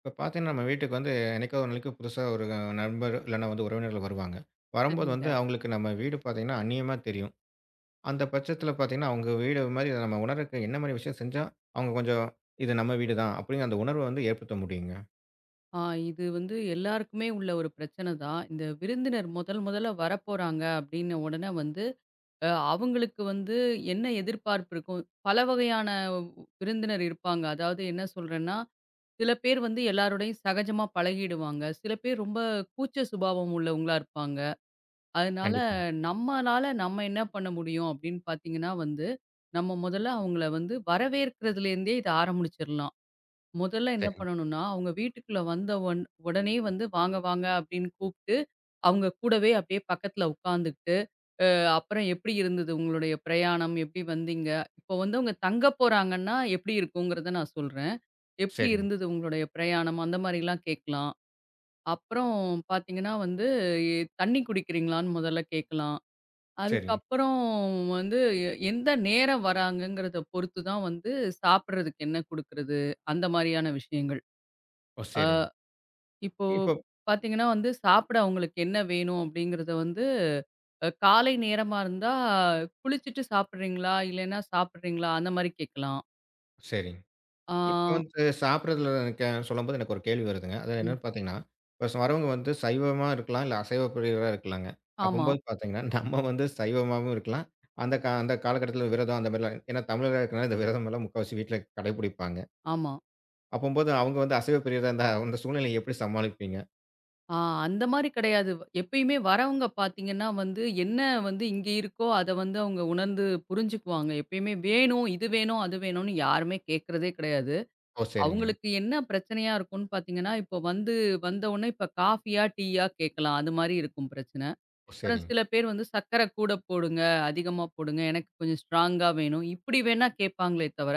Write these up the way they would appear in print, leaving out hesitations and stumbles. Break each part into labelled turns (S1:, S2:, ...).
S1: இப்ப பார்த்தீங்கன்னா, நம்ம வீட்டுக்கு வந்து என்னைக்கோ ஒரு நாளைக்கு புதுசா ஒரு நண்பர் இல்லன்னா வந்து உறவினர்கள் வருவாங்க. வரும்போது
S2: சரிங்க.
S1: வந்து அவங்களுக்கு நம்ம வீடு பார்த்தீங்கன்னா, அந்நியமா தெரியும். அந்த பட்சத்தில பார்த்தீங்கன்னா, அவங்க வீடு மாரி நம்ம உணர்றதுக்கு என்ன மாரி விஷயம் செஞ்சா, அவங்க கொஞ்சம் "இது நம்ம வீடு தான்" அப்படிங்கிற அந்த உணர்வ வந்து ஏற்படுத்த முடியுங்க?
S2: ஆ இது வந்து எல்லாருக்குமே உள்ள ஒரு பிரச்சனை தான். இந்த விருந்தினர் முதல் முதல்ல வரப்போறாங்க அப்படின்ன உடனே வந்து, அவங்களுக்கு வந்து என்ன எதிர்பார்ப்பு இருக்கும்? பல வகையான விருந்தினர் இருப்பாங்க. அதாவது என்ன சொல்றேன்னா, சில பேர் வந்து எல்லாரோடையும் சகஜமா பழகிடுவாங்க. சில பேர் ரொம்ப கூச்ச சுபாவம் உள்ளவங்களா இருப்பாங்க. அதனால
S1: கண்டிப்பா.
S2: நம்மளால நம்ம என்ன பண்ண முடியும் அப்படின்னு பார்த்தீங்கன்னா வந்து, நம்ம முதல்ல அவங்கள வந்து வரவேற்கிறதுலேருந்தே இத ஆரம்பிச்சிரலாம். முதல்ல என்ன
S1: சரிங்க,
S2: பண்ணணும்னா, அவங்க வீட்டுக்குள்ள வந்த உடனே வந்து "வாங்க, வாங்க" அப்படின்னு கூப்ட்டு, அவங்க கூடவே அப்படியே பக்கத்துல உட்காந்துக்கிட்டு, அ "அப்புறம் எப்படி இருந்தது உங்களுடைய பிரயாணம்? எப்படி வந்தீங்க?" இப்போ வந்து அவங்க தங்க போறாங்கன்னா, எப்படி இருக்குங்கிறத நான் சொல்றேன். "எப்படி
S1: சரிங்க,
S2: இருந்தது உங்களுடைய பிரயாணம்?" அந்த மாரிலாம் கேட்கலாம். அப்புறம் பார்த்தீங்கன்னா வந்து, "தண்ணி குடிக்கிறீங்களான்னு?" முதல்ல கேட்கலாம்.
S1: சரிங்க.
S2: அதுக்கப்புறம் வந்து எந்த நேரம் வராங்கங்கிறத பொறுத்து தான் வந்து, சாப்பிடுறதுக்கு என்ன குடுக்குறது? அந்த மாரியான விஷயங்கள்.
S1: ஓ!
S2: ஆ,
S1: சரிங்க.
S2: இப்போ
S1: இப்போ
S2: பார்த்தீங்கன்னா வந்து சாப்பிட அவங்களுக்கு என்ன வேணும் அப்படிங்கிறத வந்து காலை நேரமா இருந்தா குளிச்சுட்டு சாப்பிடுறீங்களா இல்லைன்னா சாப்பிடுறீங்களா அந்த மாதிரி கேட்கலாம்.
S1: சரிங்க.
S2: ஆ,
S1: இப்ப வந்து சாப்பிடுறதுல எனக்கு சொல்லும்போது எனக்கு ஒரு கேள்வி வருதுங்க. அது
S2: ம்.
S1: என்னன்னு பார்த்தீங்கன்னா, இப்ப வரவங்க வந்து சைவமா இருக்கலாம், இல்ல அசைவ பிரியரா இருக்கலாங்க.
S2: ஆமா,
S1: அப்பம்போது பார்த்தீங்கன்னா, நம்ம வந்து சைவமாவும் இருக்கலாம். அந்த காலகட்டத்தில விரதம் அந்த மாரிலாம் ஏன்னா தமிழரா இருக்கனால இந்த விரதம் எல்லாம் முக்காவாசி வீட்ல கடைபிடிப்பாங்க.
S2: ஆமா.
S1: அப்பம்போது அவங்க வந்து அசைவ பிரியரா இருந்தா, அந்த சூழ்நிலைய எப்படி சமாளிப்பீங்க?
S2: ஆ, அந்த மாதிரி கிடையாது. எப்பயுமே வரவங்க பார்த்தீங்கன்னா வந்து என்ன வந்து இங்க இருக்கோ அத வந்து அவங்க உணர்ந்து புரிஞ்சுக்குவாங்க. எப்பயுமே வேணும், இது வேணும், அது வேணும்னு யாருமே கேட்கறதே கிடையாது.
S1: ஓ! சரிங்க.
S2: அவங்களுக்கு என்ன பிரச்சனையா இருக்கும்னு பார்த்தீங்கன்னா, இப்போ வந்து வந்த உடனே இப்ப காஃபியா, டீயா கேட்கலாம். அது மாதிரி இருக்கும் பிரச்சனை.
S1: ஓ!
S2: அப்புறம்
S1: சரிங்க.
S2: சில பேர் வந்து சர்க்கரை கூட போடுங்க, அதிகமா போடுங்க. எனக்கு கொஞ்சம் ஸ்ட்ராங்கா வேணும். இப்படி வேணா கேட்பாங்களே தவிர,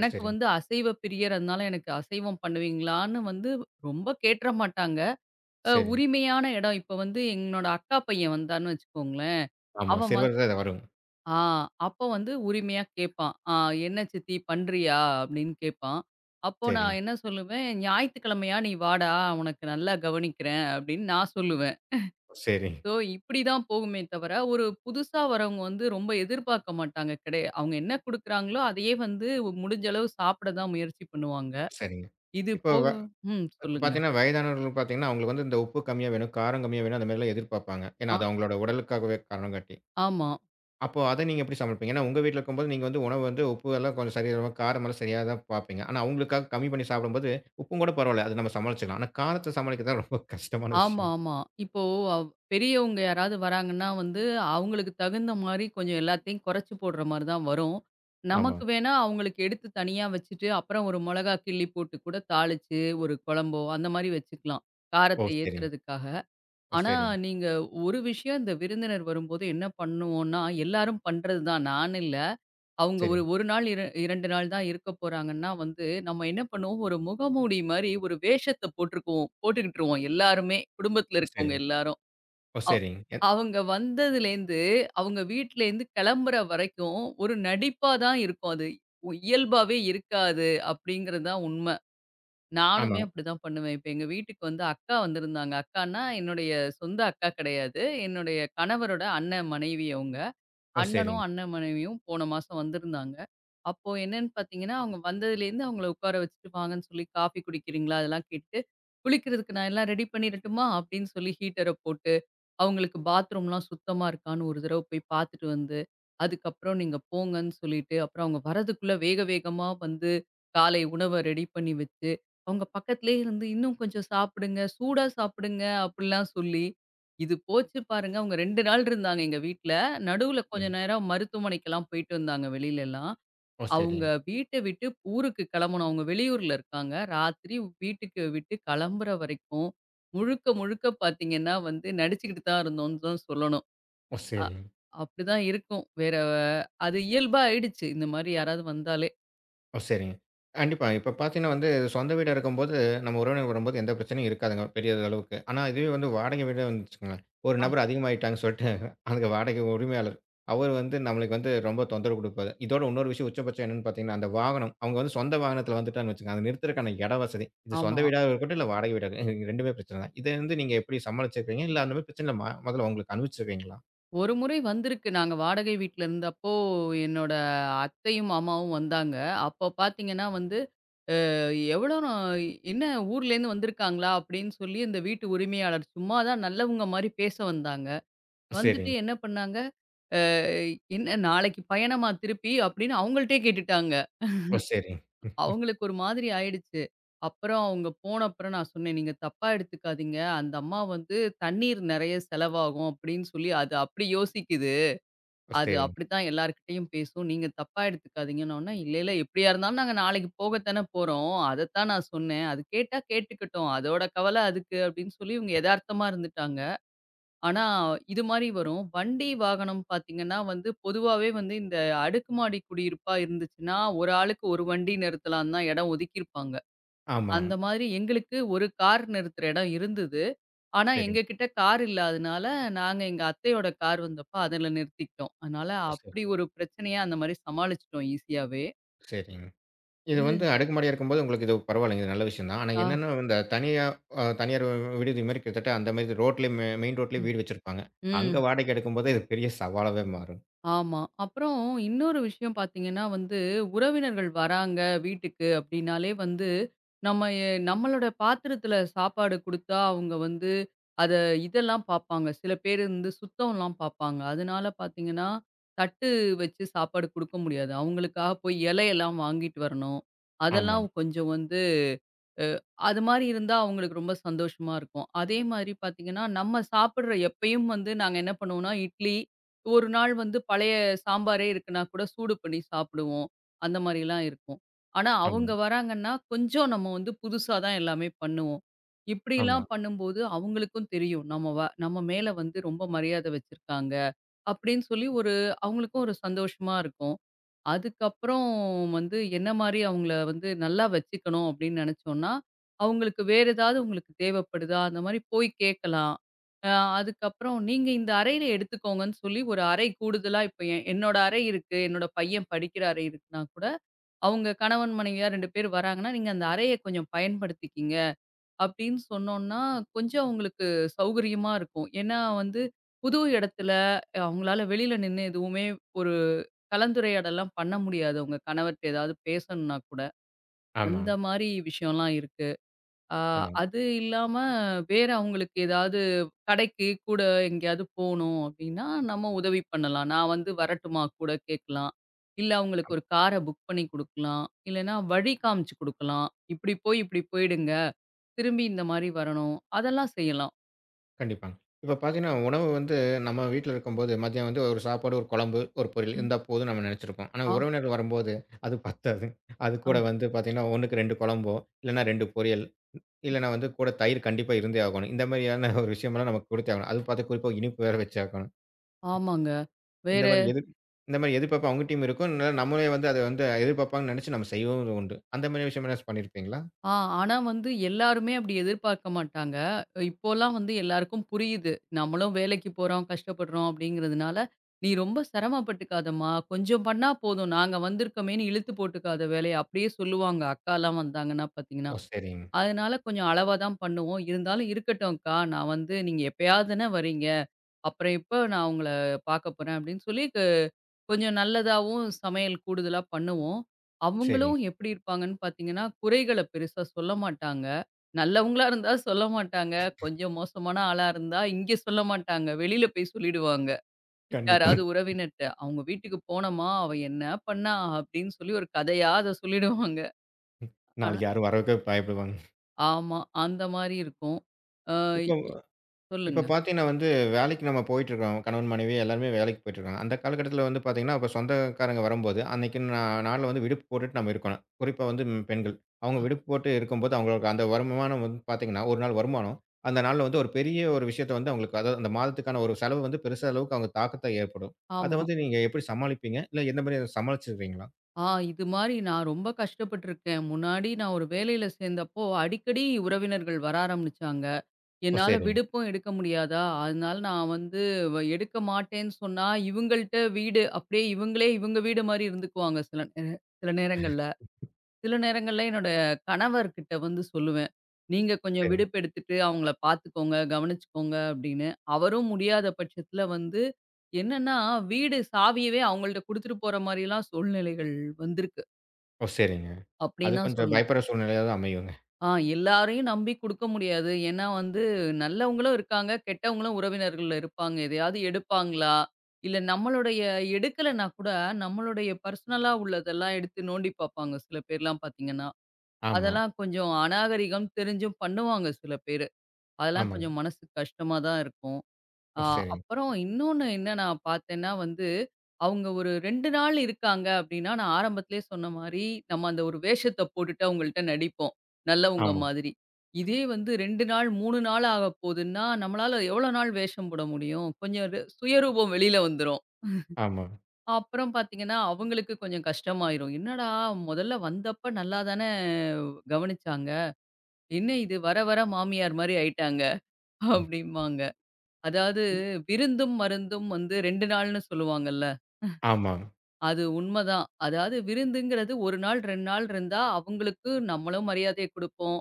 S1: ஓ! சரிங்க.
S2: வந்து அசைவ பிரியர். அதனால எனக்கு அசைவம் பண்ணுவீங்களான்னு வந்து ரொம்ப கேட்ற மாட்டாங்க.
S1: சரி.
S2: உரிமையான இடம் இப்ப வந்து என்னோட அக்கா பையன் வந்தான்னு வச்சுக்கோங்களேன்.
S1: ஆமா.
S2: அவன் வ
S1: சிறுவர்கள் தான் இது வரும்.
S2: ஆ அப்போ வந்து உரிமையா கேட்பான். "ஆ என்ன சித்தி பண்றியா?" அப்படின்னு கேட்பான். அப்போ
S1: சரிங்க.
S2: நான் என்ன சொல்லுவேன், "ஞாயித்துக்கிழமையா நீ வாடா, உனக்கு நல்லா கவனிக்கிறேன்" அப்படின்னு நான் சொல்லுவேன்.
S1: ஓ சரிங்க.
S2: ஸோ இப்படிதான் போகுமே தவிர, ஒரு புதுசா வரவங்க வந்து ரொம்ப எதிர்பார்க்க மாட்டாங்க. அவங்க என்ன குடுக்குறாங்களோ, அதையே வந்து முடிஞ்ச அளவு சாப்பிட தான் முயற்சி பண்ணுவாங்க.
S1: சரிங்க.
S2: இது
S1: இப்ப
S2: போக
S1: வ
S2: ம்.
S1: இப்ப
S2: சொல்லுங்க.
S1: பார்த்தீங்கன்னா, வயதானவர்கள் பார்த்தீங்கன்னா, அவங்களுக்கு வந்து இந்த உப்பு கம்மியா வேணும், காரம் கம்மியா வேணும், அந்த மாதிரிலாம் எதிர்பார்ப்பாங்க. ஏன்னா,
S2: ஆ
S1: அது அவங்களோட உடலுக்காகவே காரணங்காட்டி.
S2: ஆமா,
S1: அப்போ அத நீங்க எப்படி சமாளிப்பீங்க? ஏன்னா, உங்க வீட்ல இருக்கும்போது நீங்க வந்து உணவு வந்து உப்பு எல்லாம் கொஞ்சம் சரியா காரமெல்லாம் சரியா தான் பார்ப்பீங்க. ஆனா, அவங்களுக்காக கம்மி பண்ணி சாப்பிடும்போது, உப்பும் கூட பரவாயில்ல. அது நம்ம சமாளிச்சுக்கலாம். ஆனா, காரத்த சமாளிக்கிறது தான் ரொம்ப கஷ்டமான
S2: ஆமா,
S1: விஷயம்.
S2: ஆமா. இப்போ அவ் பெரியவங்க யாராவது வராங்கன்னா வந்து, அவங்களுக்கு தகுந்த மாரி கொஞ்சம் எல்லாத்தையும் குறைச்சு போடுற மாரி தான் வரும்.
S1: ஆமா.
S2: நமக்கு வேணா அவங்களுக்கு எடுத்து தனியா வச்சுட்டு, அப்புறம் ஒரு மொளகா கிள்ளி போட்டு கூட தாளிச்சு, ஒரு குழம்போ அந்த மாரி வச்சுக்கலாம்.
S1: ஓ!
S2: காரத்தை
S1: சரிங்க.
S2: ஏத்துறதுக்காக.
S1: ஓ!
S2: ஆனா,
S1: சரிங்க.
S2: நீங்க ஒரு விஷயம் இந்த விருந்தினர் வரும்போது என்ன பண்ணுவோம்னா, எல்லாரும் பண்றது தான். நான் இல்ல. அவங்க ஒரு
S1: சரிங்க.
S2: 1 நாள், 2 நாள் தான் இருக்க போறாங்கன்னா வந்து, நம்ம என்ன பண்ணுவோம், ஒரு முகமூடி மாரி ஒரு வேஷத்த போட்டுக்கிட்டுருவோம் எல்லாருமே. குடும்பத்தில
S1: ஓ!
S2: இருக்கவங்க
S1: சரிங்க.
S2: எல்லாரும்.
S1: ஓ!
S2: அ
S1: சரிங்க.
S2: அவங்க வந்ததுலேருந்து, அவங்க வீட்லேருந்து கிளம்புற வரைக்கும், ஒரு நடிப்பா தான் இருக்கும் அது. இயல்பாவே இருக்காது, அப்படிங்கிறது தான் உண்ம. நானுமே
S1: ஆமாங்க.
S2: அப்படிதான் பண்ணுவேன். இப்ப எங்க வீட்டுக்கு வந்து அக்கா வந்திருந்தாங்க. அக்கான்னா, என்னுடைய சொந்த அக்கா கிடையாது. என்னுடைய கணவரோட அண்ணன் மனைவி அவங்க.
S1: ஓ!
S2: அண்ணனும்,
S1: சரிங்க.
S2: அண்ணன் மனைவியும் போன மாசம் வந்திருந்தாங்க. அப்போ என்னன்னு பார்த்தீங்கன்னா, அவங்க வந்ததுலேருந்து அவங்கள உட்கார வச்சுட்டு வாங்கன்னு சொல்லி, "காஃபி குடிக்கிறீங்களா?" அதெல்லாம் கேட்டுட்டு, "குளிக்கிறதுக்கு நான் எல்லாம் ரெடி பண்ணிறட்டுமா?" அப்படின்னு சொல்லி ஹீட்டர போட்டு அவங்களுக்கு பாத்ரூம்லாம் சுத்தமா இருக்கான்னு ஒரு தடவ போய் பார்த்துட்டு வந்து, அதுக்கப்புறம் நீங்க போங்கன்னு சொல்லிட்டு, அப்புறம் அவங்க வரதுக்குள்ள வேக வேகமா வந்து காலை உணவ ரெடி பண்ணி வச்சு, அவங்க பக்கத்திலேயே இருந்து "இன்னும் கொஞ்சம் சாப்பிடுங்க, சூடா சாப்பிடுங்க" அப்படிலாம் சொல்லி, இது போச்சு பாருங்க. அவங்க 2 நாள் இருந்தாங்க எங்க வீட்ல. நடுவுல கொஞ்ச
S1: ம்.
S2: நேரம் மருத்துவமனைக்கெல்லாம் போயிட்டு வந்தாங்க வெளியிலலாம்.
S1: ஓ!
S2: அவங்க
S1: சரிங்க.
S2: வீட்ட விட்டு ஊருக்கு கிளம்பணும். அவங்க வெளியூர்ல இருக்காங்க. ராத்திரி வீட்டுக்கு விட்டு கிளம்புற வரைக்கும், முழுக்க முழுக்க பார்த்தீங்கன்னா வந்து நடிச்சுக்கிட்டு தான் இருந்தோம்ன்னு தான் சொல்லணும்.
S1: ஓ!
S2: அ
S1: சரிங்க.
S2: அப்படிதான் இருக்கும். அது இயல்பா ஆயிடுச்சு. இந்த மாரி யாராவது வந்தாலே.
S1: ஓ! சரிங்க. கண்டிப்பா. இப்ப பார்த்தீங்கன்னா வந்து, சொந்த வீடா இருக்கும்போது, நம்ம உறவினர்கள் வரும்போது எந்த பிரச்சனையும் இருக்காதுங்க, பெரிய அளவுக்கு. ஆனா இதுவே வந்து வாடகை வீடா இருந்துச்சுன்னு வச்சுக்கோங்களேன், ஒரு
S2: ஆ.
S1: நபர் அதிகமாயிட்டாங்கன்னு சொல்லிட்டு, அந்த வாடகை உரிமையாளர், அவர் வந்து நம்மளுக்கு வந்து ரொம்ப தொந்தரவு குடுப்பாரு. இதோட இன்னொரு விஷயம் உச்சபட்சம் என்னன்னு பார்த்தீங்கன்னா, அந்த வாகனம், அவங்க வந்து சொந்த வாகனத்தில வந்துட்டாங்கன்னு வச்சுக்கோங்க, அத நிறுத்துறதுக்கான இட வசதி, இது
S2: ஆமா.
S1: சொந்த வீடா இருக்கட்டும், இல்ல வாடகை வீடா இருக்கட்டும், 2மே பிரச்சனை தான். இத வந்து நீங்க எப்படி சமாளிச்சிருக்கீங்க? இல்ல அந்த மாரி பிரச்சனையில மொதல்ல உங்களுக்கு அனுபவிச்சிருக்கீங்களா?
S2: ஒரு முறை வந்திருக்கு. நாங்க வாடகை வீட்ல இருந்தப்போ, என்னோட அத்தையும், மாமாவும் வந்தாங்க. அப்போ பார்த்தீங்கன்னா வந்து, "எவ்வளோ நா என்ன ஊர்லேருந்து வந்திருக்காங்களா?" அப்படின்னு சொல்லி இந்த வீட்டு உரிமையாளர் சும்மா தான் நல்லவங்க மாரி பேச வந்தாங்க. வந்துட்டு
S1: சரிங்க.
S2: என்ன பண்ணாங்க, "அ என்ன நாளைக்கு பயணமா திருப்பி?" அப்படின்னு அவங்கள்ட்டயே கேட்டுட்டாங்க.
S1: ஓ! சரிங்க.
S2: அவங்களுக்கு ஒரு மாதிரி ஆயிடுச்சு. அப்புறம் அவங்க போன அப்புறம் நான் சொன்னேன், "நீங்க தப்பா எடுத்துக்காதீங்க. அந்த அம்மா வந்து தண்ணீர் நெறைய செலவாகும்" அப்படின்னு சொல்லி அது அப்படி யோசிக்குது.
S1: ஓ!
S2: அது
S1: சரிங்க.
S2: அப்படித்தான் எல்லார்கிட்டயும் பேசும். நீங்க தப்பா எடுத்துக்காதீங்கன்னோன்னே, "இல்ல, இல்ல எப்படியா இருந்தாலும் நாங்க நாளைக்கு போகத்தானே போறோம். அதத்தான் நான் சொன்னேன். அது கேட்டா கேட்டுக்கட்டும். அதோட கவல அதுக்கு" அப்படின்னு சொல்லி இவங்க எதார்த்தமா இருந்துட்டாங்க. ஆனா, இது மாரி வரும். வண்டி, வாகனம் பார்த்தீங்கன்னா வந்து, பொதுவாவே வந்து இந்த அடுக்குமாடி குடியிருப்பா இருந்துச்சுன்னா, ஒரு ஆளுக்கு ஒரு வண்டி நிறுத்தலான்னு தான் இடம் ஒதுக்கியிருப்பாங்க.
S1: ஆமாங்க.
S2: அந்த மாதிரி எங்களுக்கு ஒரு கார் நிறுத்துற இடம் இருந்தது. ஆனா, எங்க
S1: சரிங்க.
S2: கிட்ட கார் இல்லாதனால, நாங்க எங்க அத்தையோட கார் வந்தப்ப அதுல நிறுத்திக்கிட்டோம். அதனால,
S1: ஓ! சரி.
S2: அப்படி ஒரு பிரச்சனைய அந்த மாரி சமாளிச்சுட்டோம் ஈஸியாவே.
S1: சரிங்க. இது வந்து
S2: இது
S1: அடுக்குமாடியா இருக்கும்போது உங்களுக்கு இது பரவாயில்லைங்க. இது நல்ல விஷயம் தான். ஆனா
S2: ஆ.
S1: என்னன்னா இந்த தனியா அ தனியார் விடுதி மாரி கிட்டத்தட்ட அந்த மாரி ரோட்லயே மெயின் ரோட்லயே
S2: ம்.
S1: வீடு வச்சிருப்பாங்க. அங்க
S2: ம்.
S1: வாடகைக்கு எடுக்கும்போது இது பெரிய சவாலாவே மாறும்.
S2: ஆமா. அப்புறம் இன்னொரு விஷயம் பார்த்தீங்கன்னா வந்து, உறவினர்கள் வராங்க வீட்டுக்கு அப்படின்னாலே வந்து, நம்மளோட பாத்திரத்தில சாப்பாடு குடுத்தா, அவங்க வந்து அத இதெல்லாம் பார்ப்பாங்க. சில பேர் வந்து சுத்தம்லாம் பார்ப்பாங்க. அதனால பார்த்தீங்கன்னா, தட்டு வச்சு சாப்பாடு குடுக்க முடியாது. அவங்களுக்காக போய் இலையெல்லாம் வாங்கிட்டு வரணும்.
S1: ஆமா,
S2: அதெல்லாம் கொஞ்சம் வந்து அஹ் அது மாரி இருந்தா அவங்களுக்கு ரொம்ப சந்தோஷமா இருக்கும். அதே மாரி பார்த்தீங்கன்னா, நம்ம சாப்பிடுற எப்பயும் வந்து நாங்க என்ன பண்ணுவோம்னா, இட்லி ஒரு நாள் வந்து பழைய சாம்பாரே இருக்குன்னா கூட சூடு பண்ணி சாப்பிடுவோம். அந்த மாரிலாம் இருக்கும். ஆனா,
S1: ஆமா,
S2: அவங்க வராங்கன்னா கொஞ்சம் நம்ம வந்து புதுசா தான் எல்லாமே பண்ணுவோம்.
S1: ஆமா,
S2: இப்படிலாம் பண்ணும்போது அவங்களுக்கும் தெரியும். நம்ம மேல வந்து ரொம்ப மரியாதை வச்சிருக்காங்க. அப்படின்னு சொல்லி ஒரு அவங்களுக்கும் ஒரு சந்தோஷமா இருக்கும். அதுக்கப்புறம் வந்து என்ன மாரி அவங்கள வந்து நல்லா வச்சுக்கணும் அப்படின்னு நெனச்சோம்னா, அவங்களுக்கு வேறு ஏதாவது உங்களுக்கு தேவைப்படுதா? அந்த மாரி போய் கேட்கலாம். அ அதுக்கப்புறம் நீங்க இந்த அறையில எடுத்துக்கோங்கன்னு சொல்லி ஒரு அறை கூடுதலா இப்ப என்னோட அறை இருக்கு. என்னோட பையன் படிக்கிற அறை இருக்குன்னா கூட, அவங்க கணவன், மனைவியா 2 பேர் வராங்கன்னா, நீங்க அந்த அறைய கொஞ்சம் பயன்படுத்திக்கிங்க. அப்படின்னு சொன்னோம்னா, கொஞ்சம் அவங்களுக்கு சௌகரியமா இருக்கும். ஏன்னா வந்து, புது இடத்துல அவங்களால வெளியில நின்னு எதுவுமே ஒரு கலந்துரையாடல்லாம் பண்ண முடியாது. அவங்க கணவர்ட்ட ஏதாவது பேசணும்னா கூட.
S1: ஆமா,
S2: அந்த மாரி விஷயம்லாம் இருக்கு. ஆ
S1: ஆமா.
S2: அது இல்லாம வேற அவங்களுக்கு ஏதாவது கடைக்கு கூட எங்கேயாவது போணும் அப்படின்னா, நம்ம உதவி பண்ணலாம். நான் வந்து வரட்டுமா கூட கேட்கலாம். இல்ல அவங்களுக்கு ஒரு கார புக் பண்ணி குடுக்கலாம். இல்லன்னா வழி காமிச்சு குடுக்கலாம். இப்படி போய் இப்படி போயிடுங்க. திரும்பி இந்த மாரி வரணும். அதெல்லாம் செய்யலாம்.
S1: கண்டிப்பாங்க. இப்ப பார்த்தீங்கன்னா, உணவு வந்து நம்ம வீட்ல இருக்கும்போது மதியம் வந்து ஒரு சாப்பாடு, ஒரு குழம்பு, ஒரு பொரியல்
S2: ம்.
S1: இருந்தா போதும்னு நம்ம நெனச்சிருப்போம். ஆனா
S2: ஆ,
S1: உறவினர்கள் வரும்போது அது பத்தாது. அது
S2: ஆ
S1: கூட வந்து பார்த்தீங்கன்னா, 1க்கு 2 குழம்போ, இல்லன்னா 2 பொரியல் இல்லன்னா வந்து கூட தயிர் கண்டிப்பா இருந்தே ஆகணும். இந்த மாரியான ஒரு விஷயமெல்லாம் நமக்கு குடுத்தே ஆகணும். அதுவும் பார்த்து குறிப்பா இனிப்பு வேற வச்சாகணும்.
S2: ஆமாங்க.
S1: இந்த
S2: வேற
S1: மாரி எதிர் இந்த மாரி எதிர்பார்ப்பு அவங்க டீம் இருக்கும். அதனால நம்மளே வந்து அத வந்து எதிர்பார்ப்பாங்கன்னு நெனச்சு நம்ம செய்யவும் உண்டு. அந்த மாரி விஷயம் என்னாச்சு பண்ணியிருப்பீங்களா?
S2: ஆ ஆனா வந்து எல்லாருமே அப்படி எதிர்பார்க்க மாட்டாங்க. இப்போலாம் வந்து எல்லாருக்கும் புரியுது. நம்மளும் வேலைக்கு போறோம், கஷ்டப்படுறோம் அப்படிங்கிறதுனால, "நீ ரொம்ப சிரமப்பட்டுக்காதம்மா. கொஞ்சம் பண்ணா போதும். நாங்க வந்திருக்கோமேன்னு" இழுத்து போட்டுக்காத வேலைய அப்படியே சொல்லுவாங்க. அக்காலாம் வந்தாங்கன்னா பார்த்தீங்கன்னா.
S1: ஓ! சரிங்க,
S2: அதனால கொஞ்சம் அளவா தான் பண்ணுவோம். இருந்தாலும் "இருக்கட்டும்க்கா, நான் வந்து நீங்க எப்பயாவது தானே வரீங்க. அப்புறம் எப்ப நான் உங்கள பார்க்க போறேன்?" அப்படின்னு சொல்லி கொஞ்சம் நல்லதாவும் சமையல் கூடுதலா பண்ணுவோம். அவங்களும்
S1: சரிங்க.
S2: எப்படி இருப்பாங்கன்னு பார்த்தீங்கன்னா, குறைகள பெருசா சொல்ல மாட்டாங்க. நல்லவங்களா இருந்தா சொல்ல மாட்டாங்க. கொஞ்சம் மோசமான ஆளா இருந்தா இங்க சொல்ல மாட்டாங்க. வெளியில போய் சொல்லிடுவாங்க.
S1: கண்டிப்பா.
S2: யாராவது உறவினர்ட்ட, "அவங்க வீட்டுக்கு போனோமா, அவ என்ன பண்ணா?" அப்படின்னு சொல்லி ஒரு கதையா அத சொல்லிடுவாங்க. ஆனா
S1: நாளைக்கு யாரும் வரதுக்கே பயப்படுவாங்க.
S2: ஆமா. அந்த மாரி இருக்கும். அ
S1: இப்ப
S2: இ
S1: இப்ப
S2: சொல்லுங்க.
S1: பார்த்தீங்கன்னா வந்து, வேலைக்கு நம்ம போயிட்டுருக்கோம். கணவன், மனைவி எல்லாருமே வேலைக்கு போயிட்டுருக்காங்க. அந்த காலகட்டத்தில வந்து பார்த்தீங்கன்னா, இப்ப சொந்தக்காரங்க வரும்போது, அன்னைக்கு நாள்ல வந்து விடுப்பு போட்டுட்டு நம்ம இருக்கணும். குறிப்பா வந்து ம், பெண்கள். அவங்க விடுப்பு போட்டு இருக்கும்போது, அவங்களுக்கு அந்த வருமானம் வந்து பார்த்தீங்கன்னா, ஒரு நாள் வருமானம், அந்த நாள்ல வந்து ஒரு பெரிய ஒரு விஷயத்த வந்து அவங்களுக்கு அதாவது அந்த மாதத்துக்கான ஒரு செலவு வந்து பெருசா அளவுக்கு அவங்க தாக்கத்த ஏற்படும். அத
S2: ஆமா.
S1: வந்து நீங்க எப்படி சமாளிப்பீங்க? இல்ல எந்த மாரி அத சமாளிச்சிருக்கிறீங்களா?
S2: ஆ இது மாரி நான் ரொம்ப கஷ்டப்பட்டுருக்கேன். முன்னாடி நான் ஒரு வேலையில சேர்ந்தப்போ, அடிக்கடி உறவினர்கள் வர ஆரம்பிச்சாங்க.
S1: ஓ!
S2: என்னால
S1: சரிங்க,
S2: விடுப்பும் எடுக்க முடியாதா, அதனால நான் வந்து எடுக்க மாட்டேன்னு சொன்னா, இவங்கள்ட்ட வீடு அப்படியே இவங்களே இவங்க வீடு மாரி இருந்துக்குவாங்க சில நேரங்கள்ல. சில நேரங்கள்ல என்னோட கணவர்கிட்ட வந்து சொல்லுவேன். "நீங்க கொஞ்சம்
S1: சரிங்க.
S2: விடுப்பு எடுத்துட்டு அவங்கள பார்த்துக்கோங்க, கவனிச்சுக்கோங்க" அப்படின்னு. அவரும் முடியாத பட்சத்துல வந்து என்னன்னா, வீடு சாவியவே அவங்கள்ட்ட குடுத்துட்டு போற மாரிலாம் சூழ்நிலைகள் வந்திருக்கு.
S1: ஓ! சரிங்க. அது
S2: அப்படின்னு தான்
S1: கொஞ்சம்
S2: சொல்லணும்.
S1: பயப்படுற சூழ்நிலையா தான் அமையுங்க.
S2: ஆ எல்லாரையும் நம்பி குடுக்க முடியாது. ஏன்னா வந்து நல்லவங்களும் இருக்காங்க, கெட்டவங்களும் உறவினர்கள்ல இருப்பாங்க. எதையாவது எடுப்பாங்களா? இல்ல நம்மளுடைய எடுக்கலன்னா கூட, நம்மளுடைய பர்சனலா உள்ளதெல்லாம் எடுத்து நோண்டி பார்ப்பாங்க சில பேர்லாம் பார்த்தீங்கன்னா.
S1: ஆமா,
S2: அதெல்லாம் கொஞ்சம் அநாகரிகம் தெரிஞ்சும் பண்ணுவாங்க சில பேரு. அதெல்லாம்
S1: ஆமாங்க.
S2: கொஞ்சம் மனசுக்கு கஷ்டமா தான் இருக்கும். ஆ
S1: ஓ! சரிங்க.
S2: அப்புறம் இன்னொன்னு என்ன நான் பார்த்தேன்னா வந்து, அவங்க ஒரு 2 நாள் இருக்காங்க அப்டின்னா, நான் ஆரம்பத்திலேயே சொன்ன மாரி, நம்ம அந்த ஒரு வேஷத்த போட்டுட்டு அவங்கள்ட்ட நடிப்போம். நல்லவங்க
S1: ஆமா,
S2: மாதிரி. இதே வந்து 2 நாள், 3 நாள் ஆகப் போதுன்னா, நம்மளால எவ்வளோ நாள் வேஷம் போட முடியும்? கொஞ்சம் சுயரூபம் வெளியில வந்துரும்.
S1: ஆமா,
S2: அப்புறம் பார்த்தீங்கன்னா, அவங்களுக்கு கொஞ்சம் கஷ்டமாயிரும். என்னடா! முதல்ல வந்தப்ப நல்லா தான கவனிச்சாங்க. என்ன இது வர வர மாமியார் மாரி ஆயிட்டாங்க அப்டிம்பாங்க. அதாவது
S1: ம்.
S2: விருந்தும், மருந்தும் வந்து 2 நாள்னு சொல்லுவாங்கல்ல.
S1: ஆமா.
S2: அது உண்மதான். அதாவது விருந்துங்கிறது 1 நாள், 2 நாள் இருந்தா அவங்களுக்கு நம்மளும் மரியாதைய குடுப்போம்.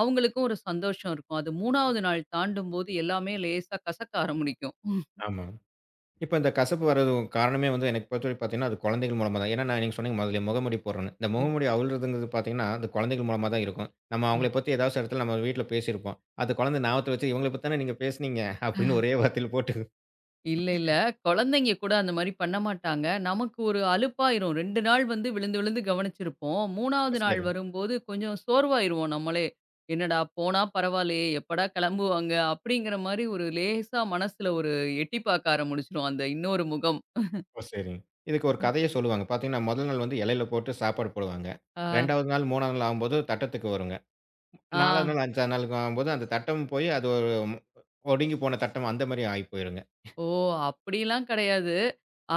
S2: அவங்களுக்கும் ஒரு சந்தோஷம் இருக்கும். அது 3வது நாள் தாண்டும்போது எல்லாமே லேசா கசக்க ஆரம்பிக்கும்.
S1: ஆமா. இப்ப இந்த கசப்பு வரது காரணமே வந்து எனக்கு பொறுத்தவரைக்கும் பார்த்தீங்கன்னா, அது குழந்தைகள் மூலமா தான். ஏன்னா, நீங்க சொன்னீங்க முதல்லயே முகமூடி போடுறேன்னு. இந்த
S2: ம்.
S1: முகமூடி அவுழ்றதுங்கிறது பார்த்தீங்கன்னா, அது குழந்தைகள் மூலமா தான் இருக்கும். நம்ம அவங்கள பத்தி ஏதாச்சு இடத்துல நம்ம வீட்ல பேசியிருப்போம். அது குழந்தை ஞாபகத்துல வச்சு, "இவங்கள பத்தி தானே நீங்க பேசுனீங்க" அப்படின்னு ஒரே வார்த்தையில போட்டு
S2: இல்ல, இல்ல. குழந்தைங்க கூட அந்த மாரி பண்ண மாட்டாங்க. நமக்கு ஒரு அலுப்பாயிரும். 2 நாள் வந்து விழுந்து, விழுந்து கவனிச்சிருப்போம்.
S1: ஓ
S2: 3வது நாள்
S1: சரிங்க,
S2: வரும்போது கொஞ்சம் சோர்வாயிருவோம் நம்மளே. "என்னடா போனா பரவாயில்லையே, எப்படா கிளம்புவாங்க?" அப்படிங்கிற மாரி ஒரு லேசா மனசுல ஒரு எட்டி பார்க்க ஆரம்பிச்சுரும் அந்த இன்னொரு முகம்.
S1: ஓ சரிங்க. இதுக்கு ஒரு கதைய சொல்லுவாங்க. பார்த்தீங்கன்னா, முதல் நாள் வந்து இலையில போட்டு சாப்பாடு போடுவாங்க.
S2: ஆ,
S1: 2வது நாள், 3வது நாள் ஆகும்போது தட்டத்துக்கு வருங்க.
S2: ஆ,
S1: 4வது நாள், 5வது நாளுக்கு ஆகும்போது அந்த தட்டம் போய் அது ஒரு ஒடுங்கி போன தட்டம் அந்த மாரி ஆகி போயிருங்க.
S2: ஓ! அப்படிலாம் கிடையாது.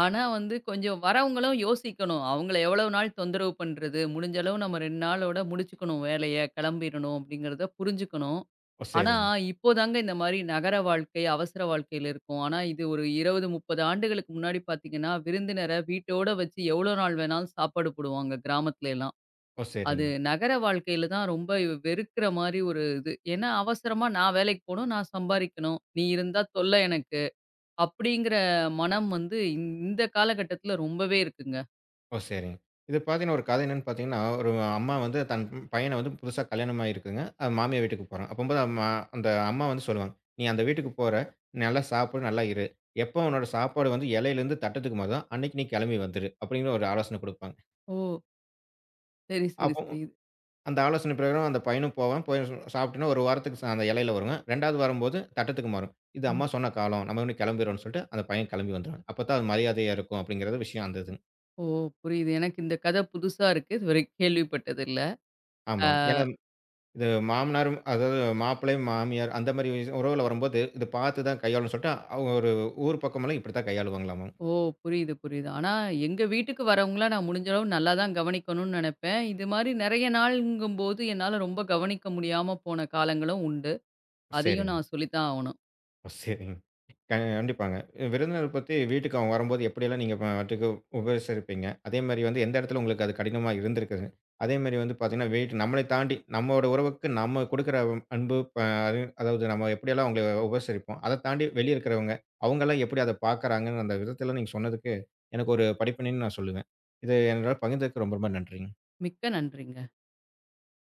S2: ஆனா வந்து கொஞ்சம் வரவங்களும் யோசிக்கணும். அவங்கள எவ்வளவு நாள் தொந்தரவு பண்றது? முடிஞ்ச அளவு நம்ம 2 நாளோட முடிச்சுக்கணும் வேலைய, கிளம்பிரணும் அப்படிங்கிறத புரிஞ்சுக்கணும்.
S1: ஓ
S2: ஆனா,
S1: சரிங்க,
S2: இப்போதாங்க இந்த மாரி நகர வாழ்க்கை, அவசர வாழ்க்கையில இருக்கோம். ஆனா, இது ஒரு 20, 30 ஆண்டுகளுக்கு முன்னாடி பார்த்தீங்கன்னா, விருந்தினர வீட்டோட வச்சு எவ்வளோ நாள் வேணாலும் சாப்பாடு போடுவாங்க கிராமத்துல எல்லாம்.
S1: ஓ
S2: அது
S1: சரிங்க.
S2: நகர வாழ்க்கையில தான் ரொம்ப வெறுக்கிற மாரி ஒரு இது. ஏன்னா, அவசரமா நான் வேலைக்கு போணும், நான் சம்பாரிக்கணும், நீ இருந்தா தொல்ல எனக்கு, அப்படிங்கிற மனம் வந்து இந்த இந்த காலகட்டத்துல ரொம்பவே இருக்குங்க.
S1: ஓ! சரிங்க. இது பார்த்தீங்கன்னா, ஒரு கதை என்னன்னு பார்த்தீங்கன்னா, ஒரு அம்மா வந்து தன் பையன வந்து புதுசா கல்யாணம் ஆகியிருக்குதுங்க. அது மாமியார் வீட்டுக்கு போறான். அப்பம்போது அம்மா அந்த அம்மா வந்து சொல்லுவாங்க, "நீ அந்த வீட்டுக்கு போற, நல்லா சாப்பிடு, நல்லா இரு. எப்போ உன்னோட சாப்பாடு வந்து இலையிலேருந்து தட்டத்துக்கு மாறுதோ, அன்னைக்கு நீ கிளம்பி வந்துரு." அப்படீங்கிற ஒரு ஆலோசனை குடுப்பாங்க.
S2: ஓ! சரி, சரி,
S1: அப்போ
S2: சரி. இது-
S1: அந்த ஆலோசனை பிரகாரம் அந்த பையனும் போவான். போய் சாப்பிட்டுன்னு 1 வாரத்துக்கு ச அந்த இலையில வருங்க. 2வது வரும்போது தட்டத்துக்கு மாறும். "இது
S2: ம்.
S1: அம்மா சொன்ன காலம். நம்ம இன்னும் கிளம்பிருவோம்ன்னு" சொல்லிட்டு அந்த பையன் கிளம்பி வந்துருவான். அப்ப தான் அது மரியாதையா இருக்கும், அப்படீங்கிறது விஷயம் அந்த இதுங்க.
S2: ஓ! புரியுது. எனக்கு இந்த கதை புதுசா இருக்கு. இதுவரைக்கும் கேள்விப்பட்டதில்ல.
S1: ஆமாங்க. ஏன்னா இது மாமனாரும் அதாவது மாப்பிள்ளை, மாமியார் அந்த மாரி விஷயம் உறவுல வரும்போது, இத பார்த்து தான் கையாளணும்னு சொல்லிட்டு, அவங்க ஒரு ஊர் பக்கமெல்லாம் இப்படித்தான் கையாளுவாங்களாமாம்.
S2: ஓ! புரியுது, புரியுது. ஆனா, எங்க வீட்டுக்கு வரவங்கள நான் முடிஞ்ச அளவு நல்லா தான் கவனிக்கணும்னு நெனைப்பேன். இது மாரி நெறைய நாள்ங்கும்போது என்னால ரொம்ப கவனிக்க முடியாம போன காலங்களும் உண்டு. அதையும்
S1: சரிங்க.
S2: நான் சொல்லி தான் ஆவணும்.
S1: ஓ! சரிங்க. க கண்டிப்பாங்க. விருந்தினர் பத்தி வீட்டுக்கு அவங்க வரும்போது எப்படியெல்லாம் நீங்க பாட்டுக்கு உபசரிப்பீங்க? அதேமாரி வந்து எந்த இடத்துல உங்களுக்கு அது கடினமா இருந்திருக்குது? அதேமாரி வந்து பார்த்தீங்கன்னா, வீட்டு நம்மளை தாண்டி நம்மோட உறவுக்கு நம்ம குடுக்குற அன்பு அது அதாவது நம்ம எப்படியெல்லாம் அவங்கள உபசரிப்போம். அத தாண்டி வெளிய இருக்கிறவங்க, அவங்கலாம் எப்படி அத பார்க்குறாங்கன்னு அந்த விதத்தெல்லாம் நீங்க சொன்னதுக்கு எனக்கு ஒரு படிப்பினைன்னு நான் சொல்லுவேன். இது என்னோட பகிர்ந்ததுக்கு ரொம்ப ரொம்ப நன்றிங்க.
S2: மிக்க நன்றிங்க.